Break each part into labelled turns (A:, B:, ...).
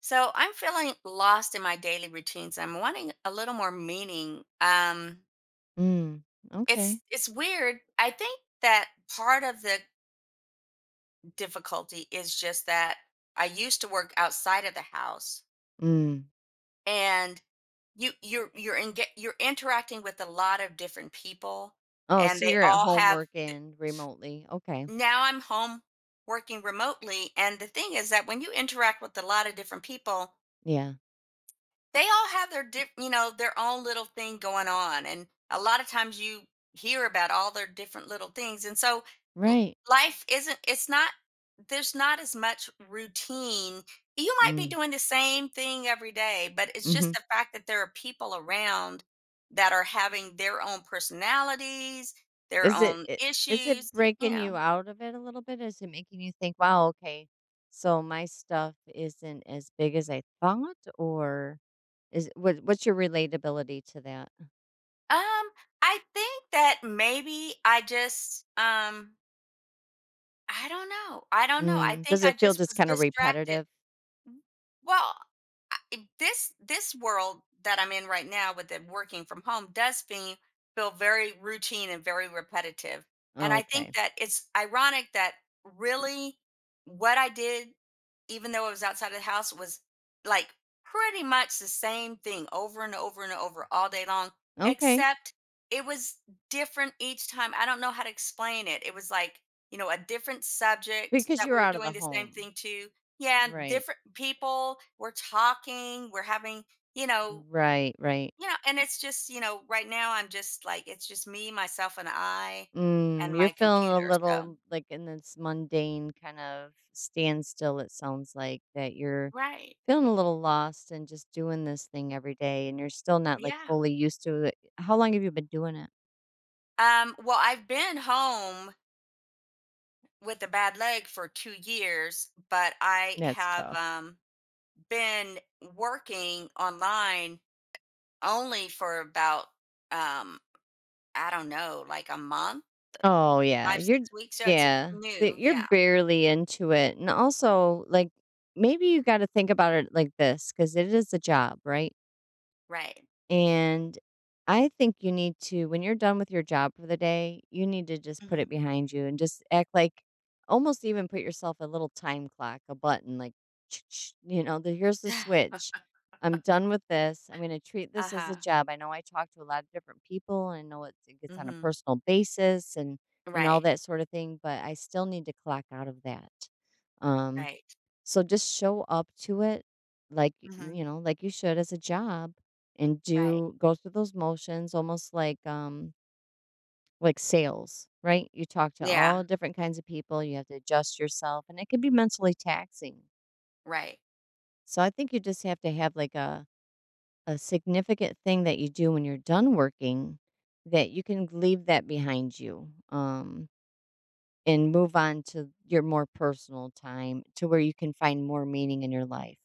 A: So I'm feeling lost in my daily routines. I'm wanting a little more meaning.
B: Mm,
A: It's
B: okay.
A: it's weird. I think that part of the difficulty is just that I used to work outside of the house,
B: Mm.
A: and you're interacting with a lot of different people,
B: Oh,
A: and
B: so
A: they
B: you're at
A: all
B: home
A: have.
B: working remotely. Okay.
A: Now I'm home working remotely, and the thing is that when you interact with a lot of different people,
B: Yeah.
A: they all have their their own little thing going on, and a lot of times you hear about all their different little things, and so l
B: Right.
A: life isn't, it's not, there's not as much routine. You might be
B: Mm.
A: doing the same thing every day, but it's just
B: Mhm.
A: the fact that there are people around that are having their own personalities, their
B: Is it,
A: own
B: it is it
A: issues, y you
B: breaking
A: know?
B: you out of it a little bit? Is it making you think, "Wow, okay. So my stuff isn't as big as I thought," or is what's your relatability to that?
A: Um, I think that maybe I just, I don't know. I don't know. I
B: Mm.
A: think
B: Does
A: I
B: it feel
A: just
B: just
A: was
B: kind of
A: distracted.
B: repetitive?
A: W- Well, I, it- this world that I'm in right now with the working from home does me feel very routine and very repetitive. And I think
B: Okay.
A: that it's ironic that really what I did, even though it was outside of the house, was like pretty much the same thing over and over and over all day long,
B: Okay.
A: except it was different each time. I don't know how to explain it. It was like, you know, a different subject
B: Because
A: that we
B: you're
A: were
B: out of the
A: doing the same
B: home.
A: thing to. Yeah,
B: Right.
A: different people. We're talking, we're having, you know,
B: Right, right.
A: and it's just, right now I'm just like, it's just me, myself, and I and
B: Mm, you're
A: my
B: feeling a
A: computer. So,
B: little like in this mundane kind of standstill, it sounds like that you're
A: right.
B: feeling a little lost and just doing this thing every day and you're still not like
A: Yeah.
B: fully used to it. How long have you been doing it?
A: Well, I've been home with a bad leg for 2 years, but I
B: That's
A: have
B: tough.
A: been working online only for about, um, I don't know, like a month,
B: Oh yeah,
A: five,
B: you're
A: 6 weeks. So it's
B: yeah, that
A: new.
B: you're
A: Yeah.
B: barely into it, and also like maybe you got to think about it like this because it is a job, right?
A: Right.
B: And I think you need to, when you're done with your job for the day, you need to just put
A: Hmm.
B: it behind you and just act like, almost even put yourself a little time clock, a button like, you know, the, here's the switch. I'm done with this. I'm going to treat
A: Uh
B: this as a
A: huh.
B: job. I know I talk to a lot of different people and I know it gets on a
A: Hmm.
B: personal basis, and, and all
A: Right.
B: that sort of thing, but I still need to clock out of that. Um,
A: Right.
B: so just show up to it like, y you
A: Hmm.
B: know, like you should as a job, and
A: Right.
B: do go through those motions almost like sales, right? You talk to
A: Yeah.
B: all different kinds of people, you have to adjust yourself, and it can be mentally taxing.
A: Right.
B: So I think you just have to have like a significant thing that you do when you're done working, that you can leave that behind you. Um, and move on to your more personal time to where you can find more meaning in your life,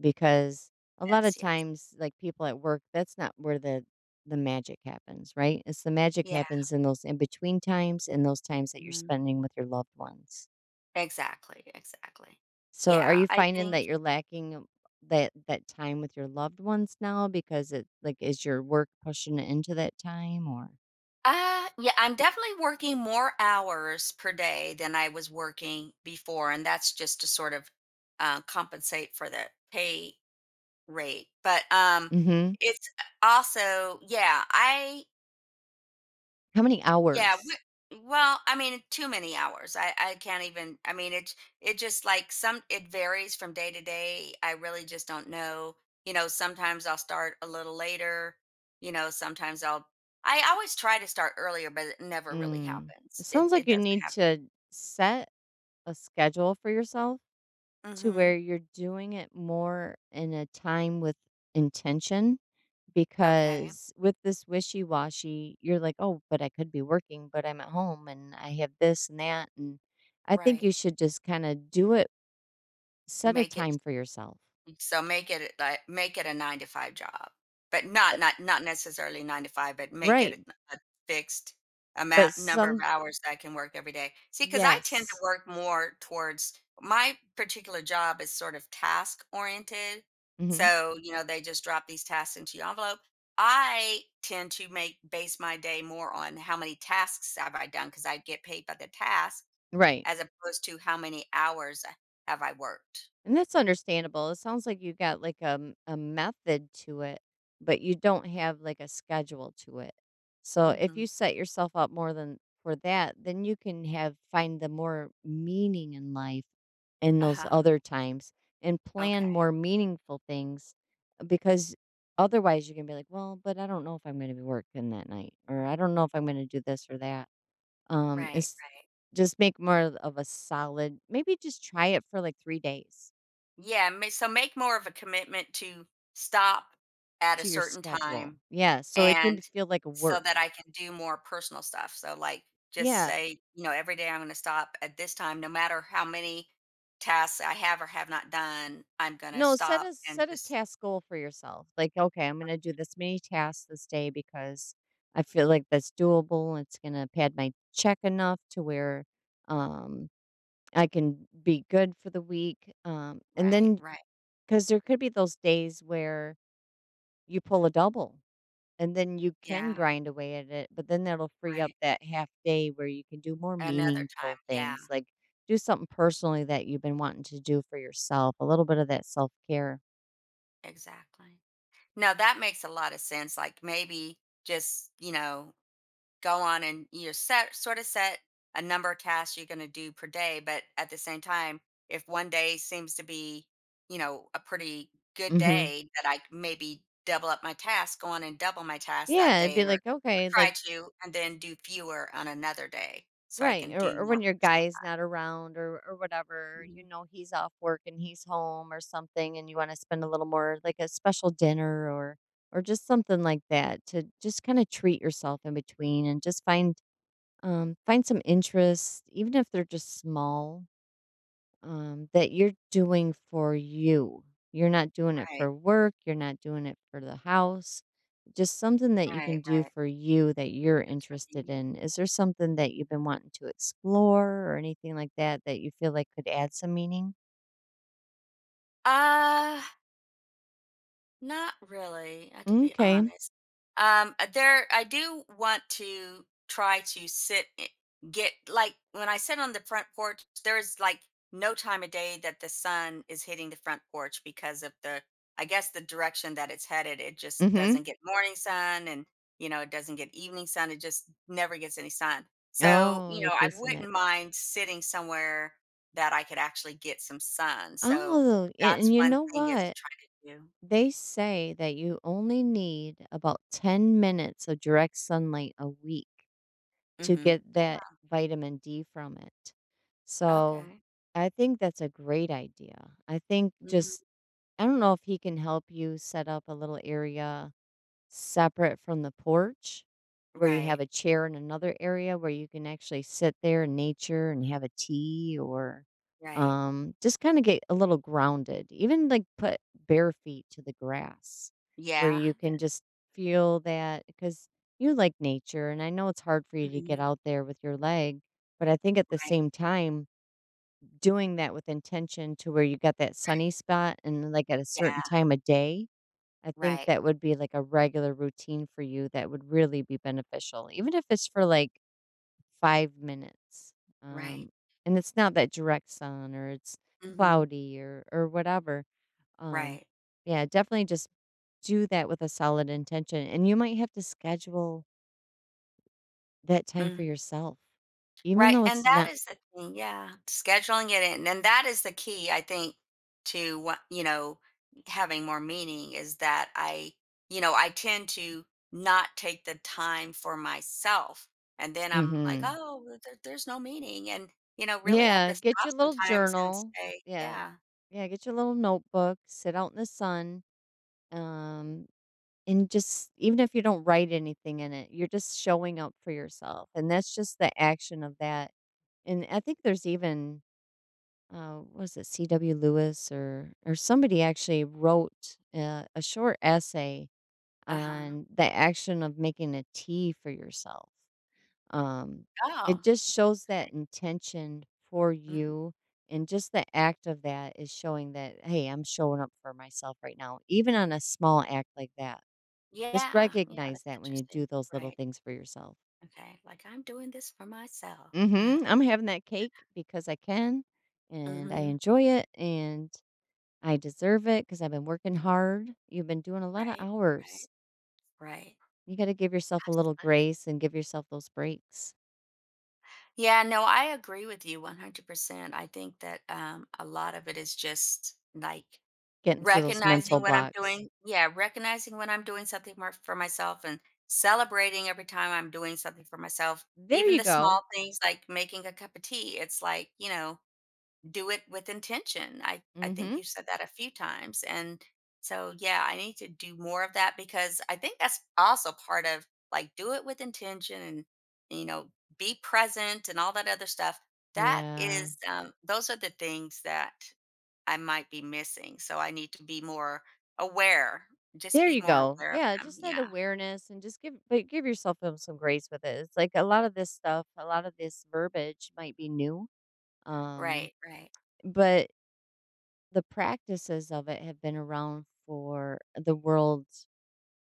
B: because a lot of
A: Yes. Yes.
B: times, like, people at work, that's not where the magic happens. Right, it's the magic
A: Yeah.
B: happens in those in between times and those times that you're
A: Hmm.
B: spending with your loved ones.
A: Exactly. Exactly.
B: So are
A: Yeah.
B: you
A: I
B: finding that
A: think
B: you're lacking that time with your loved ones now, because it, like, is your work pushing it into that time, or
A: Yeah, I'm definitely working more hours per day than I was working before, and that's just to sort of compensate for the pay rate. But
B: mhm.
A: it's also, yeah, I
B: How many
A: yeah, we
B: hours?
A: well, I mean, too many hours. I can't even. I mean, it just like some. It varies from day to day. I really just don't know. You know, sometimes I'll start a little later. You know, sometimes I'll. I always try to start earlier, but it never really
B: Mm, it
A: happens. It
B: sounds like
A: it
B: you
A: doesn't
B: need to
A: happen.
B: set a schedule for yourself, to
A: Mm-hmm.
B: where you're doing it more in a time with intention,
A: Okay.
B: because with this wishy-washy, you're like, oh, but I could be working, but I'm at home and I have this and that. And I think
A: Right.
B: you should just kind of do it, set a
A: Make
B: time
A: it
B: for yourself.
A: So make it like make it a 9 to 5 job, but not necessarily 9 to 5, but make
B: Right,
A: it a fixed
B: but
A: amount number of
B: some,
A: hours that I can work every day. See, because I tend to
B: yes.
A: work more towards, my particular job is sort of task oriented.
B: Hmm.
A: So, you know, they just drop these tasks into your envelope. I tend to make base my day more on how many tasks have I done because I get paid by the task
B: Right.
A: as opposed to how many hours have I worked.
B: And that's understandable. It sounds like you got like a method to it, but you don't have like a schedule to it. So if you
A: Mhm.
B: set yourself up more than for that, then you can have, find the more meaning in life in those
A: Uh-huh.
B: other times, and plan
A: Okay.
B: more meaningful things. Uh, because otherwise you can be like, well, but I don't know if I'm going to be working that night, or I don't know if I'm going to do this or that.
A: Right.
B: It's, just make more of a solid, maybe just try it for like three days.
A: So make more of a commitment to stop at a
B: To your
A: certain
B: schedule.
A: time
B: Yeah, so it can
A: and
B: feel like
A: so that
B: work.
A: I can do more personal stuff. So, like, just
B: Yeah.
A: say, you know, every day I'm going to stop at this time, no matter how many tasks I have or have not done, I'm going to
B: No, set
A: stop
B: a,
A: and
B: set a
A: just,
B: task goal for yourself. Like, okay, I'm gonna do this many tasks this day, because I feel like that's doable. It's gonna pad my check enough to where, um, I can be good for the week. Um, and
A: right,
B: then,
A: right.
B: because there could be those days where you pull a double. And then you can
A: Yeah.
B: grind away at it, but then that'll free up
A: Right.
B: that half day where you can do more
A: Another time.
B: meaningful
A: Yeah.
B: things, like do something personally that you've been wanting to do for yourself, a little bit of that self-care.
A: Exactly. No, that makes a lot of sense. Like, maybe just, you know, go on and you set a number of tasks you're going to do per day, but at the same time, if one day seems to be, you know, a pretty good
B: Mhm.
A: day, that I maybe double up my task, go on and double my task that
B: Yeah, it'd
A: day,
B: be
A: or
B: like, okay,
A: try
B: like,
A: to and then do fewer on another day so I
B: right,
A: can do
B: or when
A: more.
B: your guy's not around or whatever, you
A: Mhm.
B: know, he's off work and he's home or something and you want to spend a little more, like a special dinner, or just something like that to just kind of treat yourself in between, and just find, um, find some interests, even if they're just small, that you're doing for you. You're not doing it
A: right
B: for work, you're not doing it for the house. Just something that you can do
A: right.
B: for you that you're
A: That's for
B: interested
A: me.
B: in. Is there something that you've been wanting to explore or anything like that that you feel like could add some meaning?
A: uh Not really, I to be
B: Okay.
A: honest. There, I do want to try to sit, get like when I sit on the front porch, there's like no time of day that the sun is hitting the front porch because of the, I guess, the direction that it's headed. It just
B: Mm-hmm.
A: doesn't get morning sun and, you know, it doesn't get evening sun. It just never gets any sun. So,
B: Oh,
A: you
B: you're
A: know, I
B: facing that.
A: wouldn't mind sitting somewhere that I could actually get some sun. So
B: Oh,
A: that's
B: and you
A: one
B: know
A: thing is
B: what?
A: trying to do.
B: They say that you only need about 10 minutes of direct sunlight a week to
A: Mhm.
B: get that
A: Oh,
B: vitamin D from it.
A: wow.
B: So
A: Okay.
B: I think that's a great idea. I think
A: Mhm.
B: just, I don't know if he can help you set up a little area separate from the porch, where you have
A: Right,
B: a chair in another area where you can actually sit there in nature and have a tea, or
A: right.
B: just kind of get a little grounded. Even like put bare feet to the grass where
A: Yeah,
B: you
A: yeah.
B: can just feel that, because you like nature. And I know it's hard for you to get
A: Mhm.
B: out there with your leg, but I think at the
A: Right.
B: same time, doing that with intention to where you got that sunny spot, and like at a
A: Yeah.
B: certain time of day, I think
A: Right,
B: that would be like a regular routine for you that would really be beneficial, even if it's for like five minutes.
A: right.
B: Um, and it's not that direct sun, or it's
A: Mhm.
B: cloudy or whatever. Um,
A: Right.
B: yeah, definitely just do that with a solid intention, and you might have to schedule that time for
A: Mm.
B: yourself, even
A: Right,
B: though
A: and
B: it's
A: that
B: not.
A: is the thing, yeah, scheduling it in, and that is the key, I think, to, what you know, having more meaning is that I tend to not take the time for myself, and then I'm like,
B: Hmm.
A: "Oh, well, there's no meaning," and, you know, really I have
B: Yeah,
A: to
B: get
A: stop
B: your little
A: sometimes and
B: journal.
A: say,
B: Yeah,
A: yeah.
B: yeah, get your little notebook. Sit out in the sun. Um, And just even if you don't write anything in it, you're just showing up for yourself, and that's just the action of that. And I think there's even, was it C.W. Lewis or somebody, actually wrote a short essay
A: Uh-huh.
B: on the action of making a tea for yourself. Um, it
A: Oh,
B: just shows
A: okay.
B: that intention for
A: Mhm.
B: you, and just the act of that is showing that, hey, I'm showing up for myself right now, even on a small act like that. Just
A: Yeah, yeah,
B: recognize
A: that's
B: that when you do
A: interesting.
B: those little
A: Right.
B: things for yourself.
A: Okay. Like I'm doing this for myself.
B: Mhm, I'm having that cake. Because I can, and I
A: Mhm.
B: enjoy it, and I deserve it because 'cause I've been working hard. You've been doing a lot of
A: Right. Right.
B: hours.
A: Right.
B: You gotta give yourself a little
A: Absolutely.
B: grace and give yourself those breaks,
A: Yeah, no, I agree with you 100%. I think that a lot of it is just like
B: getting through those mental
A: recognizing when I'm
B: blocks.
A: doing, yeah, recognizing when I'm doing something more for myself and celebrating every time I'm doing something for myself.
B: There
A: Even
B: you
A: the
B: go.
A: small things like making a cup of tea. It's like, you know, do it with intention. I think
B: Mhm.
A: you said that a few times, and so yeah, I need to do more of that because I think that's also part of like do it with intention and, you know, be present and all that other stuff. That
B: Yeah.
A: is those are the things that I might be missing. So I need to be more aware. Just
B: There
A: be
B: you
A: more
B: go.
A: aware of
B: Yeah,
A: them.
B: just that
A: Yeah.
B: awareness and just give, but give yourself, some grace with it. It's like a lot of this stuff, a lot of this verbiage might be new, um,
A: Right, right.
B: but the practices of it have been around for the world,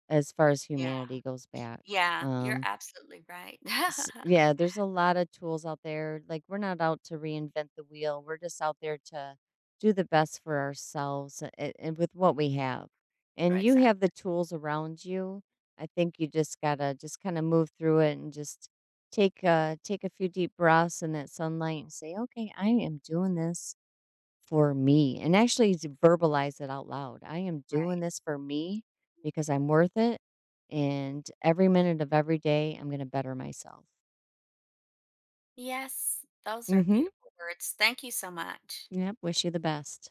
B: as far as
A: Yeah.
B: humanity goes back.
A: Yeah, you're
B: Um,
A: absolutely right.
B: s- yeah, there's a lot of tools out there. Like we're not out to reinvent the wheel. We're just out there to do the best for ourselves, and with what we have. And
A: Right,
B: you have the
A: exactly.
B: tools around you. I think you just gotta just kind of move through it and just take take a few deep breaths in that sunlight and say, okay, I am doing this for me, and actually to verbalize it out loud. I am doing
A: Right.
B: this for me because I'm worth it. And every minute of every day, I'm going to better myself.
A: Yes, those are
B: Mm hmm.
A: beautiful words. Thank you so much.
B: Yep. Wish you the best.